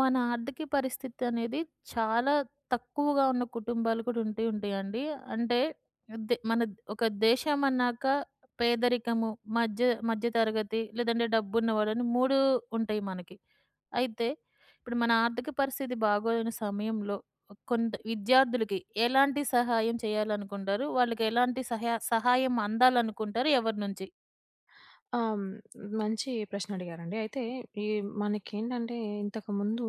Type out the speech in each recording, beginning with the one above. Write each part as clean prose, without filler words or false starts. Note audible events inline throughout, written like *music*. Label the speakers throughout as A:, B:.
A: మన ఆర్థిక పరిస్థితి అనేది చాలా తక్కువగా ఉన్న కుటుంబాలు కూడా ఉంటూ ఉంటాయండి. అంటే దే మన ఒక దేశం అన్నాక పేదరికము, మధ్య మధ్య తరగతి లేదంటే డబ్బున్నవాడని 3 ఉంటాయి మనకి. అయితే ఇప్పుడు మన ఆర్థిక పరిస్థితి బాగోలేని సమయంలో కొంత విద్యార్థులకి ఎలాంటి సహాయం చేయాలనుకుంటారు? వాళ్ళకి ఎలాంటి సహాయం అందాలనుకుంటారు? ఎవరి నుంచి?
B: ఆ! హ్మ్. మంచి ప్రశ్న అడిగారండి. అయితే ఈ మనకేంటంటే ఇంతకుముందు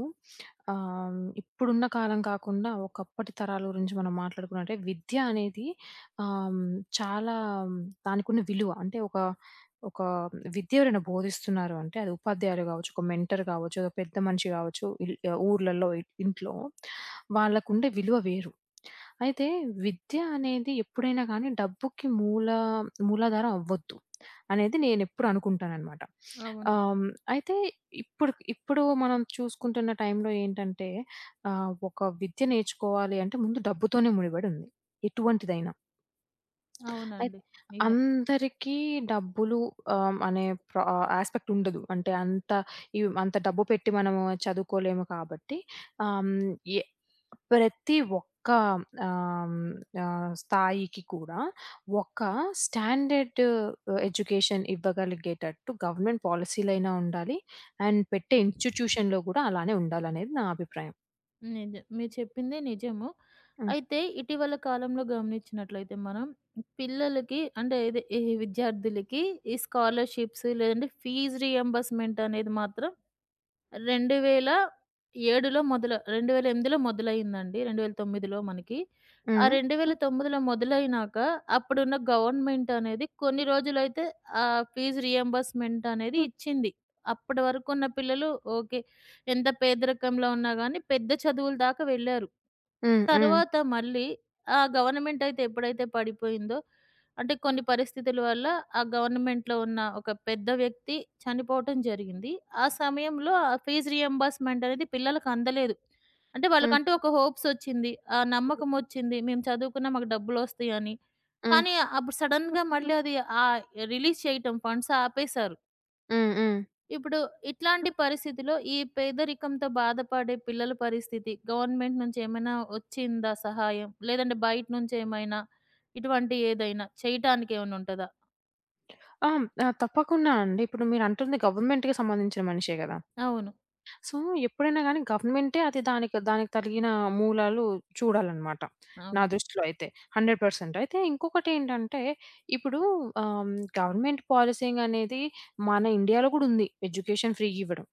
B: ఇప్పుడున్న కాలం కాకుండా ఒకప్పటి తరాల గురించి మనం మాట్లాడుకున్నట్టే విద్య అనేది ఆహ్, చాలా దానికున్న విలువ అంటే ఒక ఒక విద్య ఎవరైనా బోధిస్తున్నారు అంటే అది ఉపాధ్యాయులు కావచ్చు, ఒక మెంటర్ కావచ్చు, ఒక పెద్ద మనిషి కావచ్చు, ఊర్లలో ఇంట్లో వాళ్ళకుండే విలువ వేరు. అయితే విద్య అనేది ఎప్పుడైనా కానీ డబ్బుకి మూల మూలాధారం అవ్వొద్దు అనేది నేనెప్పుడు అనుకుంటాననమాట.
A: అవును.
B: ఆహ్, హ్మ్, అయితే ఇప్పుడు ఇప్పుడు మనం చూసుకుంటున్న టైంలో ఏంటంటే ఒక విద్య నేర్చుకోవాలి అంటే ముందు డబ్బుతోనే ముడిపడి ఉంది. ఎటువంటిదైనా. అయి
A: అవునండి. నిజం.
B: అందరికీ డబ్బులు ఆహ్, అనే ప్ర యాస్పెక్ట్ ఉండదు. అంటే అంత ఇవ్ అంత డబ్బు పెట్టి మనము చదువుకోలేము కాబట్టి ఆహ్, హ్మ్, ఎ ప్రతి ఒక్క ఆహ్, హ్మ్, స్థాయికి కూడా ఒక స్టాండర్డ్ ఎడ్యుకేషన్ ఇవ్వగలిగేటట్టు గవర్నమెంట్ పాలిసీలైనా ఉండాలి. అండ్ పెట్టే ఇన్‌స్టిట్యూషన్‌లో గూడా అలానే ఉండాలనేది నా అభిప్రాయం.
A: నిజం. మీరు చెప్పిందే నిజము.
B: హ్మ్.
A: అయితే ఇటీవల కాలంలో గమనించినట్లయితే మనం పిల్లలకి అంటే ఇది ఈ విద్యార్థులకి ఈ స్కాలర్‌షిప్స్ లేదంటే ఫీజ్ రీయింబర్స్‌మెంట్ అనేది మాత్రం 2007లో మొదలు 2008లో మొదలయిందండి. 2009లో మనకి. ఆ
B: హ్మ్.
A: 2009లో మొదలైనాక అప్పుడున్న గవర్నమెంట్ అనేది కొన్ని రోజులైతే ఫీజ్ రీయింబర్స్‌మెంట్ అనేది ఇచ్చింది. అప్పటి వరకున్న పిల్లలు ఓకే. ఎంత పేదరికంలో ఉన్నా గాని పెద్ద చదువుల దాకా వెళ్లారు.
B: హ్మ్. హ్మ్.
A: తర్వాత మళ్ళీ ఆ గవర్నమెంట్ అయితే ఎప్పుడైతే పడిపోయిందో, అంటే కొన్ని పరిస్థితుల వల్ల ఆ గవర్నమెంట్‌లో ఉన్న ఒక పెద్ద వ్యక్తి చనిపోవటం జరిగింది. ఆ సమయంలో ఆ ఫీజ్ రీయింబర్స్‌మెంట్ అనేది పిల్లలకి అందలేదు. అంటే
B: హ్మ్.
A: వాళ్ళకంటూ ఒక హోప్స్ వచ్చింది. ఆ
B: హ్మ్.
A: నమ్మకం వచ్చింది. మేము చదువుకున్నా మాకు డబ్బులొస్తాయని.
B: హ్మ్.
A: కానీ అప్పుడు సడెన్‌గా మళ్ళీ అది ఆహ్, రిలీజ్ చేయటం ఫండ్స్ ఆపేశారు.
B: హ్మ్. హ్మ్.
A: ఇప్పుడు ఇట్లాంటి పరిస్థితిలో ఈ పేదరికంతో బాధపడే పిల్లల పరిస్థితి గవర్నమెంట్ నుంచి ఏమైనా వచ్చిందా సహాయం? లేదంటే బయట నుంచి ఏమైనా ఇటువంటి ఏదైనా చేయటానికి ఏమైనా ఉంటదా?
B: ఆ! ఆ! తప్పకుండా అండి. ఇప్పుడు మీరంటుంది గవర్నమెంట్‌కి సంబంధించిన మనిషే గదా!
A: అవును.
B: సో, ఎప్పుడైనా గానీ గవర్నమెంటే అది దానికి దానికి తగిన మూలాలు చూడాలనమాట. నా
A: అవును.
B: దృష్టిలో అయితే 100% అయితే ఇంకొకటేంటంటే ఇప్పుడు ఆహ్, గవర్నమెంట్ పాలిసింగ్ అనేది మన ఇండియాలో గూడా ఉంది. ఎడ్యుకేషన్ ఫ్రీ ఇవ్వడం.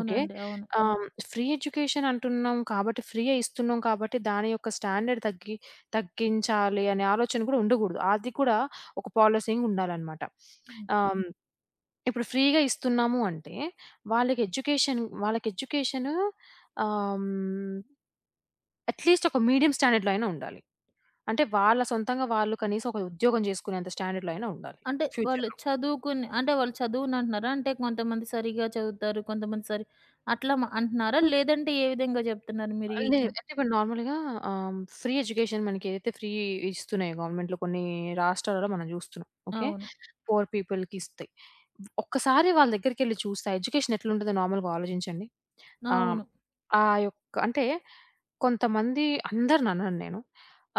B: ఓకే.
A: అవును.
B: ఆహ్, ఫ్రీ ఎడ్యుకేషన్ అంటున్నాం కాబట్టి ఫ్రీయే ఇస్తున్నాం కాబట్టి దాని యొక్క స్టాండర్డ్ తగ్గించాలి అనే ఆలోచన గూడా ఉండగూడదు. అది కూడా ఒక పాలిసింగ్ ఉండాలనమాట.
A: హ్మ్.
B: ఆహ్ ఇప్పుడు ఫ్రీగా ఇస్తున్నాము అంటే, వాళ్ళకి ఎడ్యుకేషను ఆహ్, హ్మ్, అట్‌లీస్ట్ ఒక మీడియం స్టాండర్డ్‌లో అయినా ఉండాలి. అంటే వాళ్ళ సొంతంగా వాళ్ళు కనీసం ఒక ఉద్యోగం చేసుకునేంత స్టాండర్డ్‌లో అయినా ఉండాలి
A: అంటే వాళ్ళు
B: ఫ్యూచర్‌లో.
A: చదువుకుని అంటే వాళ్ళు చదువునంటున్నారా? అంటే కొంతమంది సరిగ్గా చదువుతారు. కొంతమంది సరి అట్లా మ అంటున్నారా? లేదంటే ఏ విధంగా చెప్తున్నారు మీరు ఈ
B: లేదు.
A: విషయం?
B: అంటే ఇప్పుడు నార్మల్‌గా ఆహ్, ఫ్రీ ఎడ్యుకేషన్ మనకేదైతే ఫ్రీ ఇస్తున్నాయో గవర్నమెంట్‌లో కొన్ని రాష్ట్రాలలో మనం జూస్తున్నాం. ఓకే.
A: అవును.
B: పూర్ పీపుల్‌కి ఇస్తాయి. ఒక్కసారి వాళ్ళ దగ్గరికెళ్లి చూస్తే ఆ ఎడ్యుకేషన్ ఎట్లుంటదో నార్మల్‌గా ఆలోచించండి. ఆహ్,
A: అవును.
B: ఆ యొక్క అంటే కొంతమంది నేను.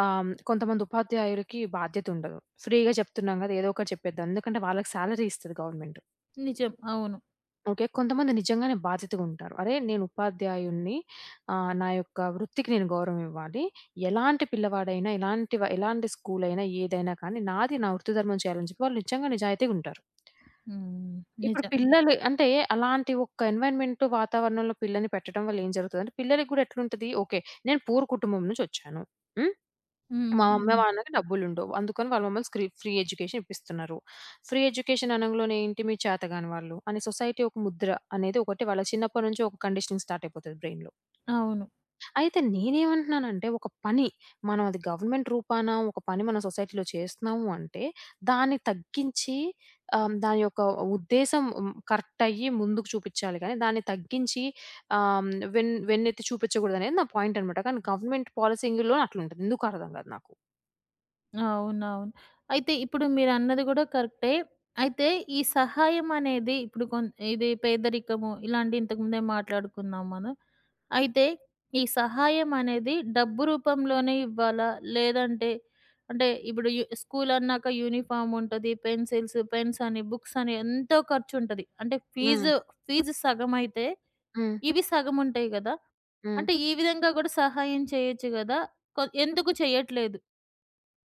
B: కొంతమంది ఉపాధ్యాయులకి బాధ్యతుండదు. ఫ్రీగా చెప్తున్నాం గదా! ఏదో ఒకటి చెప్పేద్దాం. ఎందుకంటే వాళ్ళకి సాలరీ ఇస్తది గవర్నమెంట్.
A: నిజం. అవును.
B: ఓకే. కొంతమంది నిజంగానే బాధ్యతగా ఉంటారు. అరే! నేను ఉపాధ్యాయుడిని. నా యొక్క వృత్తికి నేను గౌరవం ఇవ్వాలి. ఎలాంటి పిల్లవాడైనా, ఎలాంటి స్కూల్ అయినా, ఏదైనా కానీ నా వృత్తి ధర్మం చేయాలని చెప్పి వాళ్ళు నిజంగా నిజాయితీగా ఉంటారు.
A: హ్మ్.
B: ఇప్పుడు
A: నిజం.
B: పిల్లలు అంటే అలాంటి ఒక్క ఎన్వైర్న్‌మెంట్ వాతావరణంలో పిల్లని పెట్టడం వల్ల ఏం జరుగుతదంటే, పిల్లలకి గూడా ఎట్లుంటది. ఓకే. నేను పూర్ కుటుంబం నుంచి ఒచ్చాను. హ్మ్.
A: హ్మ్.
B: మా హ్మ్. అమ్మ,
A: హ్మ్.
B: మా నాన్నకి డబ్బులుండవు. అందుకని వాళ్ళు మమ్మల్ని ఫ్రీ ఎడ్యుకేషన్ ఇప్పిస్తున్నారు. ఫ్రీ ఎడ్యుకేషన్ అనంలోనే ఏంటి మీరు చేతగాని వాళ్ళు అని సొసైటీ ఒక ముద్ర అనేది ఒకటి వాళ్ళ చిన్నప్పటి నుంచి ఒక కండిషనింగ్ స్టార్ట్ అయిపోతది బ్రెయిన్‌లో.
A: అవును.
B: అయితే నేనేమంటున్నానంటే ఒక పని మనం అది గవర్నమెంట్ రూపాన ఒక పని మన సొసైటీలో చేస్తున్నాము అంటే దాన్ని తగ్గించి దాని యొక్క ఉద్దేశం కరెక్ట్ అయ్యి ముందుకు చూపిచ్చాలి గానీ దాన్ని తగ్గించి ఆహ్, వెన్ వెన్నెత్తి చూపించకూడదనేది నా పాయింట్ అనమాట. కానీ గవర్నమెంట్ పాలసింగ్‌లో అట్లుంటది. ఎందుకో అర్థం కాదు నాకు.
A: అవునవును. అయితే ఇప్పుడు మీరన్నది గూడా కరెక్టే. అయితే ఈ సహాయం అనేది ఇప్పుడు కొన్ ఇది పేదరికము ఇలాంటి ఇంతకుముందే మాట్లాడుకున్నాం మనం. అయితే ఈ సహాయం అనేది డబ్బు రూపంలోనే ఇవ్వాలా? లేదంటే అంటే ఇప్పుడు యు స్కూల్ అన్నాక యూనిఫార్మ్ ఉంటది. పెన్సిల్స్, పెన్స్ అని, బుక్స్ అని ఎంతో ఖర్చుంటది. అంటే
B: హ్మ్.
A: ఫీజు, ఫీజు సగమైతే
B: హ్మ్.
A: ఇవి సగముంటాయి గదా!
B: హ్మ్.
A: అంటే ఈ విధంగా గూడా సహాయం చేయొచ్చు గదా! కొ ఎందుకు చేయట్లేదు?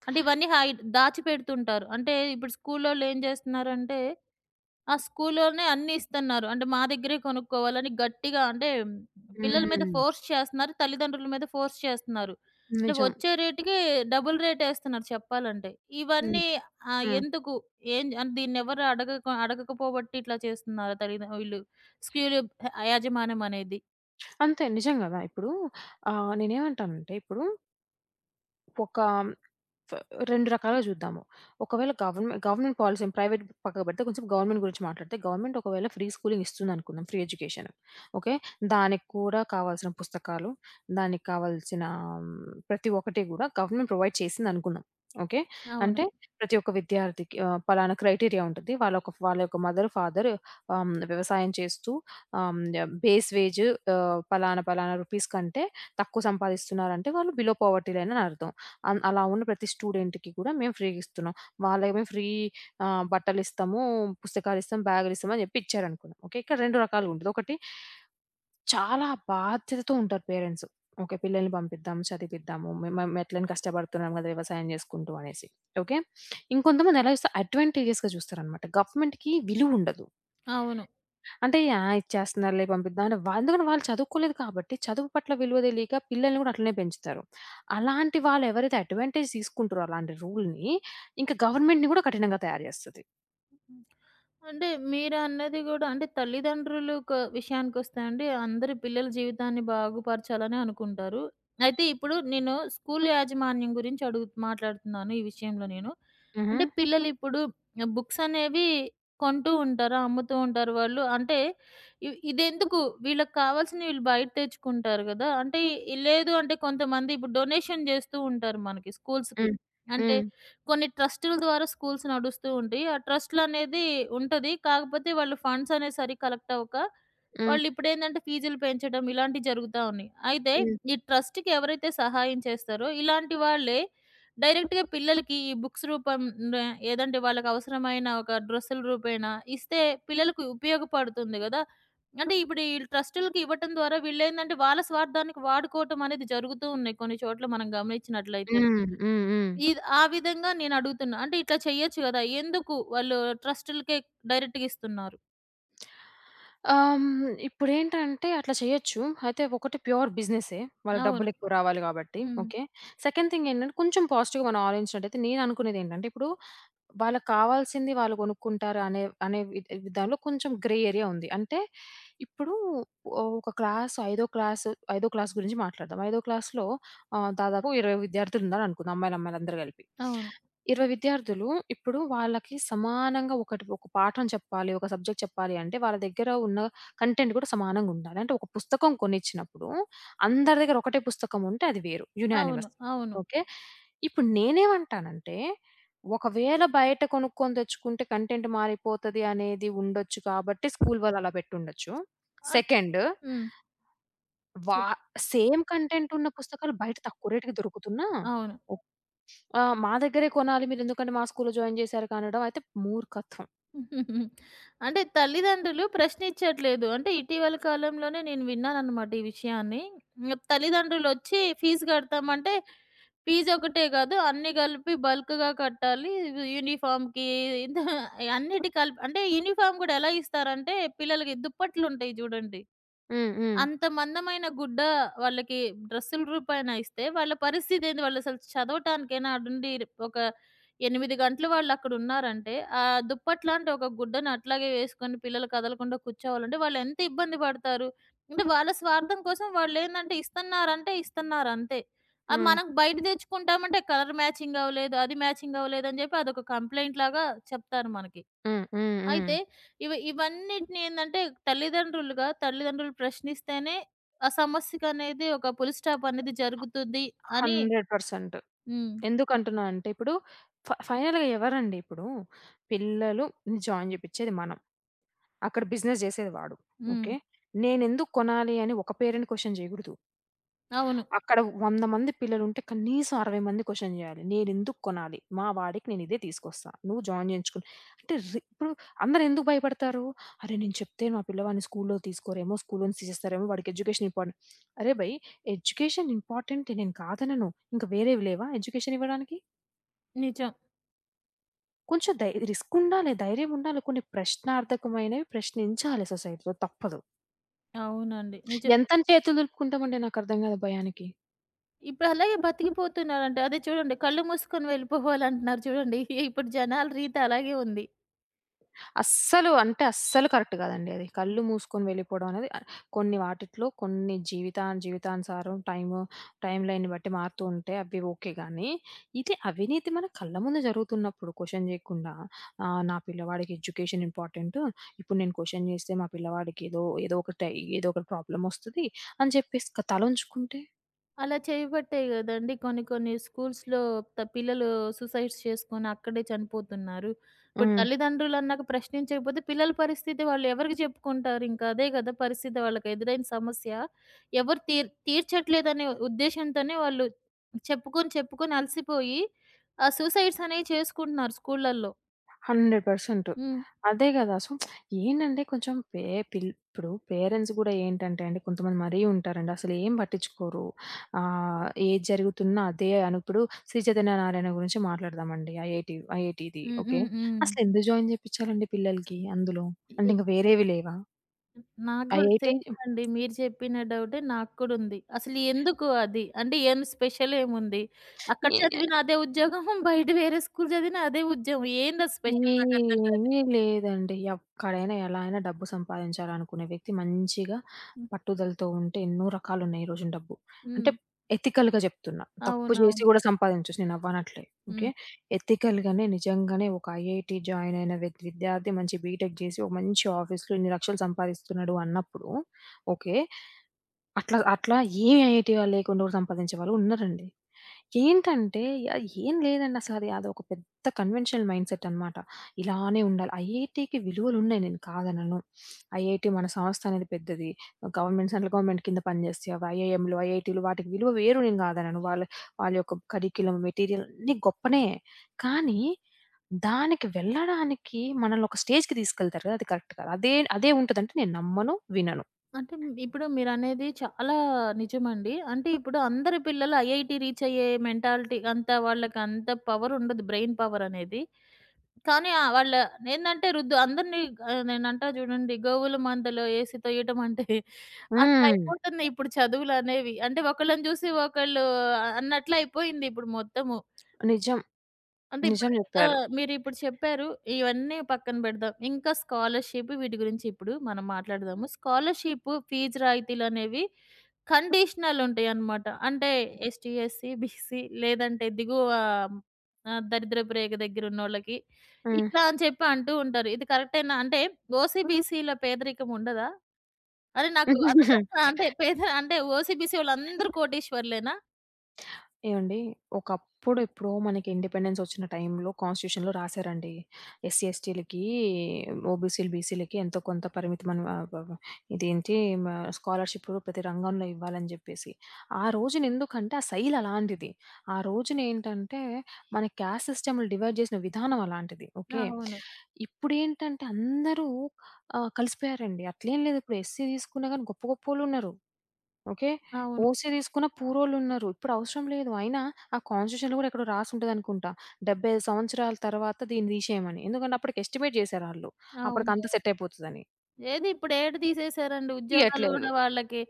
A: అంటే ఇవన్నీ హైడ్ దాచిపెడుతుంటారు. అంటే ఇప్పుడు స్కూలోళ్ళు ఏం జేస్తున్నారంటే, ఆ స్కూల్లోనే అన్నీ ఇస్తున్నారు. అంటే మా దగ్గరే కొనుక్కోవాలని గట్టిగా అంటే పిల్లల మీద
B: హ్మ్.
A: ఫోర్స్ చేస్తున్నారు. తల్లిదండ్రుల మీద ఫోర్స్ చేస్తున్నారు. అంటే
B: నిజం.
A: వచ్చే రేట్‌కి డబుల్ రేటేస్తున్నారు చెప్పాలంటే. ఇవన్నీ
B: నిజం. హ్మ్.
A: ఎందుకు? ఏం అంటే దీన్నెవరు అడగకపోబట్టి ఇట్లా చేస్తున్నారు తల్లిద వీళ్ళు స్కూలు యాజమాన్యం అనేది.
B: అంతే నిజం గదా! ఇప్పుడు నేనేమంటానంటే ఇప్పుడు ఒక ఫ 2 రకాలుగా చూద్దాము. ఒకవేళ గవర్నమెంట్ పాలిసీని ప్రైవేట్ పక్కకు పెడితే కొంచెం గవర్నమెంట్ గురించి మాట్లాడితే, గవర్నమెంట్ ఒకవేళ ఫ్రీ స్కూలింగ్ ఇస్తుందనుకుందాం. Free education. ఓకే. దానికి కూడా కావాల్సిన పుస్తకాలు, దానికి కావాల్సిన మ్, ప్రతి ఒక్కటి గూడా గవర్నమెంట్ ప్రొవైడ్ చేసిందనుకుందాం. ఓకే.
A: అవును.
B: అంటే ప్రతి ఒక్క విద్యార్థికి పలానా క్రైటీరియా ఉంటది. వాళ్ళ యొక్క మదర్, ఫాదర్ వ్యవసాయం చేస్తూ బేస్ వేజ్ పలానా పలానా రూపీస్ కంటే తక్కువ సంపాదిస్తున్నారంటే వాళ్ళు బిలో పోవర్టీ లైన్ అని అర్థం. అలా ఉన్న ప్రతి స్టూడెంట్‌కి కూడా మేము ఫ్రీగా ఇస్తున్నాం. వాళ్ళేమో ఫ్రీ బట్టలిస్తాము, పుస్తకాలిస్తాం, బ్యాగులిస్తాం అని చెప్పి ఇచ్చారనుకుందాం. ఓకే. ఇక్కడ 2 రకాలుగుంటది. ఒకటి చాలా బాధ్యతతో ఉంటారు పేరెంట్స్. ఓకే. పిల్లల్ని పంపిద్దాం, చదివిపిద్దాము. మేము మేము ఎట్లైనా కష్టపడుతున్నాం కదా! వ్యవసాయం చేసుకుంటూ అనేసి. ఓకే. ఇంకొంతమంది ఎలా చూస్తారు అడ్వాంటేజెస్‌గా చూస్తారనమాట. గవర్నమెంట్‌కి విలువుండదు.
A: అవును.
B: అంటే ఆ! ఇచ్చేస్తున్నారులే పంపిద్దాం అంటే వా ఎందుకంటే వాళ్ళు చదువుకోలేదు కాబట్టి, చదువు పట్ల విలువ తెలీక పిల్లల్ని కూడా అట్లనే పెంచుతారు. అలాంటి వాళ్ళు ఎవరైతే అడ్వాంటేజ్ తీసుకుంటారో అలాంటి రూల్‌ని, ఇంక గవర్నమెంట్‌ని కూడా కఠినంగా తయారు చేస్తది.
A: హ్మ్. అంటే మీరన్నది గూడా అంటే తల్లిదండ్రులు క విషయానికొస్తే అండి అందరి పిల్లల జీవితాన్ని బాగుపరచాలని అనుకుంటారు. అయితే ఇప్పుడు నేను స్కూల్ యాజమాన్యం గురించి అడుగు మాట్లాడుతున్నాను ఈ విషయంలో నేను.
B: హుహు.
A: అంటే పిల్లలు ఇప్పుడు బుక్స్ అనేవి కొంటూ ఉంటారు, అమ్ముతూ ఉంటారు వాళ్ళు. అంటే ఇ ఇదెందుకు వీళ్ళకి కావాల్సినవి వీళ్ళు బయట తెచ్చుకుంటారు గదా! అంటే ఈ- లేదు అంటే కొంతమంది ఇప్పుడు డొనేషన్ జేస్తూ ఉంటారు మనకి స్కూల్స్‌కి.
B: హ్మ్.
A: అంటే
B: హ్మ్.
A: కొన్ని ట్రస్టుల ద్వారా స్కూల్స్ నడుస్తూ ఉంటాయి. ఆ ట్రస్ట్‌లనేది ఉంటది. కాకపోతే వాళ్ళు ఫండ్స్ అనేది సరిగ్గా కలెక్ట్ అవ్వక,
B: హ్మ్.
A: వాళ్ళిప్పుడేందంటే ఫీజులు పెంచడం ఇలాంటివి జరుగుతా ఉన్నాయి. అయితే
B: హ్మ్.
A: ఈ ట్రస్ట్‌కి ఎవరైతే సహాయం చేస్తారో ఇలాంటి వాళ్ళే డైరెక్ట్‌గా పిల్లలకి ఈ బుక్స్ రూపం న ఏదంటే వాళ్ళకి అవసరమైన ఒక డ్రెస్సుల రూపేణా ఇస్తే పిల్లలకు ఉపయోగపడుతుంది గదా! అంటే ఇప్పుడు ఈ ట్రస్టులకి ఇవ్వటం ద్వారా వీళ్ళేందంటే వాళ్ళ స్వార్థానికి వాడుకోవటం అనేది జరుగుతూ ఉన్నాయి కొన్ని చోట్ల మనం గమనించినట్లయితే.
B: హ్మ్. హ్మ్. హ్మ్.
A: ఇది ఆ విధంగా నేను అడుగుతున్నా. అంటే ఇట్లా చేయొచ్చు గదా! ఎందుకు వాళ్ళు ట్రస్టులకే డైరెక్ట్‌గా ఇస్తున్నారు.
B: ఇప్పుడేంటంటే అట్లా చేయొచ్చు. అయితే ఒకటి ప్యూర్ బిజినెసే. వాళ్ళకి
A: అవును.
B: డబ్బులెక్కువ రావాలి కాబట్టి.
A: హ్మ్.
B: ఓకే. సెకండ్ థింగ్ ఏంటంటే కొంచెం పాజిటివ్‌గా మనం ఆలోచించినట్టయితే నేను అనుకునేదేంటంటే ఇప్పుడు వాళ్ళకి కావాల్సింది వాళ్ళు కొనుక్కుంటారు అనే అనే వి విధానంలో కొంచెం గ్రే ఏరియా ఉంది. అంటే ఇప్పుడు ఓహ్, ఒక క్లాస్ ఐదో క్లాసు, ఐదో క్లాస్ గురించి మాట్లాడదాం. ఐదో క్లాస్‌లో దాదాపు 20 విద్యార్థులున్నారనుకుందాం అమ్మాయిలందరూ కలిపి.
A: అవును.
B: 20 విద్యార్థులు. ఇప్పుడు వాళ్ళకి సమానంగా ఒక పాఠం చెప్పాలి, ఒక సబ్జెక్ట్ చెప్పాలి అంటే వాళ్ళ దగ్గర ఉన్న కంటెంట్ కూడా సమానంగా ఉండాలి. అంటే ఒక పుస్తకం కొనిచ్చినప్పుడు అందరి దగ్గర ఒకటే పుస్తకం ఉంటే అది వేరు
A: అవును.
B: యునానిమస్.
A: అవును.
B: ఓకే. ఇప్పుడు నేనేమంటానంటే ఒకవేళ బయట కొనుక్కొని తెచ్చుకుంటే కంటెంట్ మారిపోతది అనేది ఉండొచ్చు కాబట్టి స్కూల్ వాళ్ళు అలా పెట్టుండొచ్చు.
A: అన్
B: సెకండ్
A: హ్మ్.
B: వా
A: చెప్
B: సేమ్ కంటెంట్ ఉన్న పుస్తకాలు బయట తక్కువ రేట్‌కి దొరుకుతున్నా
A: అవును.
B: ఒక్ మా దగ్గరే కొనాలి మీరెందుకంటే మా స్కూల్‌లో జాయిన్ జేశారు కనడం అయితే మూర్ఖత్వం.
A: *laughs* అంటే తల్లిదండ్రులు ప్రశ్నించట్లేదు. అంటే ఇటీవల కాలంలోనే నేను విన్నాననమాట ఈ విషయాన్ని. ఇంగ తల్లిదండ్రులొచ్చి ఫీజు గడతామంటే ఫీజు ఒకటే కాదు అన్నీ కలిపి బల్క్‌గా కట్టాలి. యూనిఫార్మ్‌కి ఇంత అన్నిటి కలిపి అంటే యూనిఫార్మ్ గూడా ఎలా ఇస్తారంటే పిల్లలకి దుప్పట్లుంటాయి జూడండి.
B: హ్మ్. హ్మ్.
A: అంత మందమైన గుడ్డ వాళ్ళకి డ్రెస్సుల రూపాయన ఇస్తే వాళ్ళ పరిస్థితేంది? వాళ్ళసలు చదవటానికైనా ఆడుండి ఒక 8 గంటలు వాళ్ళక్కడున్నారంటే, ఆ దుప్పట్లాంటి ఒక గుడ్డను అట్లాగే వేసుకొని పిల్లలు కదలకుండా కూర్చోవాలంటే వాళ్ళెంత ఇబ్బంది పడతారు? అంటే వాళ్ళ స్వార్థం కోసం వాళ్ళేందంటే ఇస్తన్నారంటే ఇస్తన్నారంతే. అది
B: హ్మ్.
A: మనం బయట తెచ్చుకుంటామంటే కలర్ మ్యాచింగ్ అవ్వలేదు, అది మ్యాచింగ్ అవ్వలేదని జెప్పి అదొక కంప్లెయింట్ లాగా చెప్తారు మనకి.
B: హ్మ్. హ్మ్. హ్మ్.
A: అయితే ఇవి ఇవన్నిటిని ఏందంటే తల్లిదండ్రులు ప్రశ్నిస్తేనే ఆ సమస్యకనేది ఒక ఫుల్ స్టాప్ అనేది జరుగుతుంది అని.
B: 100%
A: హ్మ్.
B: ఎందుకంటున్నా అంటే ఇప్పుడు ఫైనల్‌గా ఎవరండి ఇప్పుడు పిల్లలుని జాయిన్ జేపిచ్చేది మనం. అక్కడ బిజినెస్ జేసేది వాడు.
A: హ్మ్.
B: ఓకే. నేనెందుకు కొనాలి అని ఒక పేరెంట్ క్వెషన్ జేయగూడదు.
A: అవును.
B: అక్కడ 100 మంది పిల్లలుంటే కనీసం 60 మంది క్వెషన్ జేయాలి. నేనెందుకు కొనాలి? మా వాడికి నేనిదే తీసుకొస్తా. నువ్వు జాయిన్ జేయించుకుని అంటే ఇప్పుడు అందరెందుకు భయపడతారు? అరే! నేను చెప్తే మా పిల్లవాడిని స్కూల్లో తీసుకోరేమో, స్కూల్లో నుంచి తీసేస్తారేమో, వాడికి ఎడ్యుకేషన్ ఇంపార్టెంట్. అరే భయ్! ఎడ్యుకేషన్ ఇంపార్టెంటే నేను కాదనను. ఇంక వేరేవి లేవా ఎడ్యుకేషన్ ఇవ్వడానికి?
A: నిజం.
B: కొంచెం రిస్కుండాలి, ధైర్యం ఉండాలి. కొన్ని ప్రశ్నార్థకమైనవి ప్రశ్నించాలి సొసైటీలో తప్పదు.
A: అవునండి. నిజం.
B: ఎంతని చేతులు దులుపుకుంటామండి నాకర్థం కాదు భయానికి.
A: ఇప్పుడు అలాగే బతికిపోతున్నారంట. అదే చూడండి కళ్ళు మూసుకొని వెళ్ళిపోవాలంటున్నారు చూడండి. *laughs* ఇప్పుడు జనాల రీతి అలాగే ఉంది.
B: అస్సలు అంటే అస్సలు కరెక్ట్ కాదండి అది. కళ్ళు మూసుకొని వెళ్ళిపోవడం అనేది కొన్ని వాటిట్లో కొన్ని జీవితానుసారం టైము, టైమ్ లైన్‌ని బట్టి మారుతూ ఉంటే అవి ఓకే గానీ, ఇది అవినీతి మన కళ్ళ ముందు జరుగుతున్నప్పుడు క్వెషన్ చేయకుండా నా పిల్లవాడికి ఎడ్యుకేషన్ ఇంపార్టెంటు. ఇప్పుడు నేను క్వెషన్ చేస్తే మా పిల్లవాడికి ఏదో ఏదో ఒకటి ఏదో ఒకటి ప్రాబ్లమ్ వస్తది అని చెప్పేసి తలొంచుకుంటే
A: అలా చేయబట్టే గదండీ! కొన్ని కొన్ని స్కూల్స్‌లో త పిల్లలు సూసైడ్స్ చేసుకొని అక్కడే చనిపోతున్నారు. ఇప్పుడు
B: హ్మ్.
A: తల్లిదండ్రులన్నాక ప్రశ్నించకపోతే పిల్లల పరిస్థితి వాళ్ళు ఎవరికి చెప్పుకుంటారు? ఇంకా అదే గదా! పరిస్థితి వాళ్ళకి ఎదురైన సమస్య. ఎవరు తీర్ తీర్చట్లేదనే ఉద్దేశ్యంతోనే వాళ్ళు చెప్పుకొని చెప్పుకొని అలసిపోయి ఆ సూసైడ్స్ అనేవి చేసుకుంటున్నారు స్కూళ్ళల్లో.
B: 100%.
A: హ్మ్.
B: అదే గదా! సో, ఏంటంటే కొంచెం పే పిల్ ఇప్పుడు పేరెంట్స్ గూడా ఏంటంటే అండి కొంతమంది మరీ ఉంటారండి. అసలేం పట్టించుకోరు. ఆహ్, ఏది జరుగుతున్నా అదే అను ఇప్పుడు 'శ్రీ చైతన్య నారాయణ' గురించి మాట్లాడదామండి. ఐఐటీది
A: హ్మ్.
B: ఓకే.
A: హ్మ్. హ్మ్.
B: అసలెందుకు జాయిన్ జేపిచ్చాలండి పిల్లలకి అందులో? అంటే ఇంక వేరేవి లేవా?
A: నాకు గూడా
B: ఐఐటీ
A: సేమండి. మీరు చెప్పిన డౌటే నాకు కూడా ఉంది. అసలు ఎందుకు అది? అంటే ఏం స్పెషల్ ఏముంది? అక్కడ
B: ఏ
A: చదివిన అదే ఉద్యోగం, *laughs* బయట వేరే స్కూల్ చదివిన అదే ఉద్యోగం. ఏంది ఆ స్పెషల్ నాకర్థం కాదు.
B: ఏమీ లేదండి. ఎక్కడైనా ఎలా అయినా డబ్బు సంపాదించాలనుకునే వ్యక్తి మంచిగా
A: హ్మ్.
B: పట్టుదలతో ఉంటే ఎన్నో రకాలున్నాయి ఈ రోజున డబ్బు.
A: హ్మ్.
B: అంటే ఎథికల్‌గా చెప్తున్నా. తప్పు
A: అవునవును.
B: చేసి గూడా సంపాదించొచ్చు నేనవ్వనట్లే. ఓకే.
A: హ్మ్.
B: ఎథికల్‌గానే నిజంగానే ఒక ఐఐటీ జాయిన్ అయిన విద్యార్థి మంచి బీటెక్ చేసి ఒక మంచి ఆఫీస్‌లో ఇన్ని లక్షలు సంపాదిస్తున్నాడు అన్నప్పుడు ఓకే. అట్లా అట్లా ఏ ఐఐటీ వాళ్ళు లేకుండా కూడా సంపాదించే వాళ్ళు ఉన్నారండి. ఏంటంటే ఏం లేదండి అసలది. అదొక పెద్ద కన్వెన్షనల్ మైండ్‌సెట్ అనమాట. ఇలానే ఉండాలి. ఐఐటీకి విలువలున్నాయి నేను కాదనను. ఐఐటీ మన సంస్థ అనేది పెద్దది. సెంట్రల్ గవర్నమెంట్ కింద పనిచేస్తాయి. అవి ఐఐఎంలు, ఐఐటీలు వాటికి విలువ వేరు నేను కాదనను. వాళ్ళ వాళ్ళ యొక్క కరిక్యులమ్, మెటీరియల్ అన్నీ గొప్పనే. కానీ దానికి వెళ్ళడానికి మనల్ని ఒక స్టేజ్‌కి తీసుకెళ్తారు కదా! అది కరెక్ట్ కాదు. అదే అదే ఉంటదంటే నేను నమ్మను, వినను.
A: అంటే ఇప్పుడు మీరనేది చాలా నిజమండి. అంటే ఇప్పుడు అందరి పిల్లలు ఐఐటీ రీచ్ అయ్యే మెంటాలిటీ అంత వాళ్ళకి అంత పవర్ ఉండదు. బ్రెయిన్ పవర్ అనేది. కానీ వాళ్ళ ఏందంటే రుద్దు అందరిని నేనంటా చూడండి గోవుల మందలో ఏసి తొయ్యటమంటే అట్లా
B: హ్మ్.
A: అయిపోతున్నాయి ఇప్పుడు చదువులనేవి. అంటే ఒకళ్ళని చూసి ఒకళ్ళు అన్నట్లయిపోయింది ఇప్పుడు మొత్తము.
B: నిజం.
A: అంటే ఇప్పుడు
B: నిజం
A: ఆ!
B: చెప్పారు.
A: మీరిప్పుడు చెప్పారు. ఇవన్నీ పక్కన పెడదాం. ఇంకా స్కాలర్‌షిప్ వీటి గురించి ఇప్పుడు మనం మాట్లాడదాము. స్కాలర్‌షిప్ ఫీజు రాయితీలనేవి కండిషనల్ ఉంటాయన్నమాట. అంటే ఎస్టీ, ఎస్సీ, బీసీ లేదంటే దిగువ దరిద్రపు రేఖ దగ్గరున్నోళ్ళకి
B: హ్మ్.
A: ఇట్లా అని చెప్పి అంటూ ఉంటారు. ఇది కరెక్టేనా? అంటే ఓసీ, బీసీల పేదరికం ఉండదా? అరే! నాకు అదొక
B: *laughs*
A: *laughs* అంటే పేద అంటే ఓసీ, బీసీ వాళ్ళందరూ కోటీశ్వరులేనా?
B: ఏవండీ! ఒకప్పుడు ఎప్పుడో మనకి ఇండిపెండెన్స్ ఒచ్చిన టైంలో కాన్స్టిట్యూషన్‌లో రాసారండి. ఎస్సీ, ఎస్టీలకి, ఓబీసీలు, బీసీలకి ఎంతో కొంత పరిమితమని ఆహ్, వ వ ఇదేంటి మ స్కాలర్‌షిప్ ప్రతి రంగంలో ఇవ్వాలని జెప్పేసి. ఆ రోజున ఎందుకంటే ఆ శైలి అలాంటిది. ఆ రోజున ఏంటంటే మన క్యాస్ట్ సిస్టమ్‌ని డివైడ్ చేసిన విధానం అలాంటిది. ఓకే.
A: అవును.
B: ఇప్పుడేంటంటే అందరూ కలిసిపోయారండి. అట్లేం లేదు ఇప్పుడు ఎస్సీ తీసుకున్నా గాని గొప్పోళ్ళున్నారు. ఓకే.
A: అవును.
B: ఓసీ తీసుకున్న పూరోళ్ళున్నారు. ఇప్పుడు అవసరం లేదు. అయినా ఆ కాన్స్టిట్యూషన్‌లో గూడా ఎక్కడో రాసుంటదనుకుంటా. 75 సంవత్సరాల తర్వాత దీన్ని తీసేయమని. ఎందుకంటే అప్పటికి ఎస్టిమేట్ జేసారాళ్ళు.
A: అవును.
B: అప్పటికంతా సెట్ అయిపోతదని.
A: ఏది ఇప్పుడు ఏడ తీసేశారండి ఉద్యోగాలు
B: తీయట్లేదు.
A: గూడా వాళ్ళకి.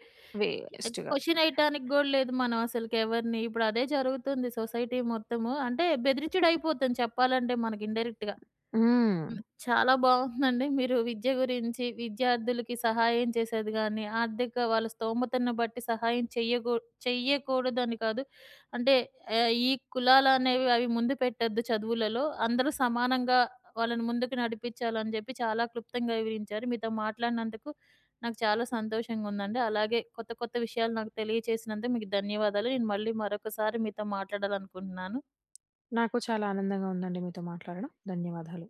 B: వేస్ట్‌గా.
A: క్వెషన్ ఎయటానికి గూడా లేదు మనం అసలకి ఎవరిని. ఇప్పుడు అదే జరుగుతుంది సొసైటీ మొత్తము. అంటే బెదిరించుడయిపోతుంది చెప్పాలంటే మనకి ఇండైరెక్ట్‌గా.
B: హ్మ్.
A: హ్మ్. చాలా బావుందండి. మీరు విద్య గురించి, విద్యార్థులకి సహాయం చేసేది గాని, ఆర్థిక వాళ్ళ స్తోమతను బట్టి సహాయం చెయ్యగూ చెయ్యకూడదని కాదు. అంటే ఈ కులాలనేవి అవి ముందు పెట్టొద్దు చదువులలో. అందరూ సమానంగా వాళ్ళని ముందుకు నడిపించాలని జెప్పి చాలా క్లుప్తంగా వివరించారు. మీతో మాట్లాడినందుకు నాకు చాలా సంతోషంగా ఉందండి. అలాగే కొత్త కొత్త విషయాలు నాకు తెలియచేసినందుకు మీకు ధన్యవాదాలు. నేను మళ్ళీ మరొకసారి మీతో మాట్లాడాలనుకుంటున్నాను.
B: నాకు చాలా ఆనందంగా ఉందండి మీతో మాట్లాడడం. ధన్యవాదాలు.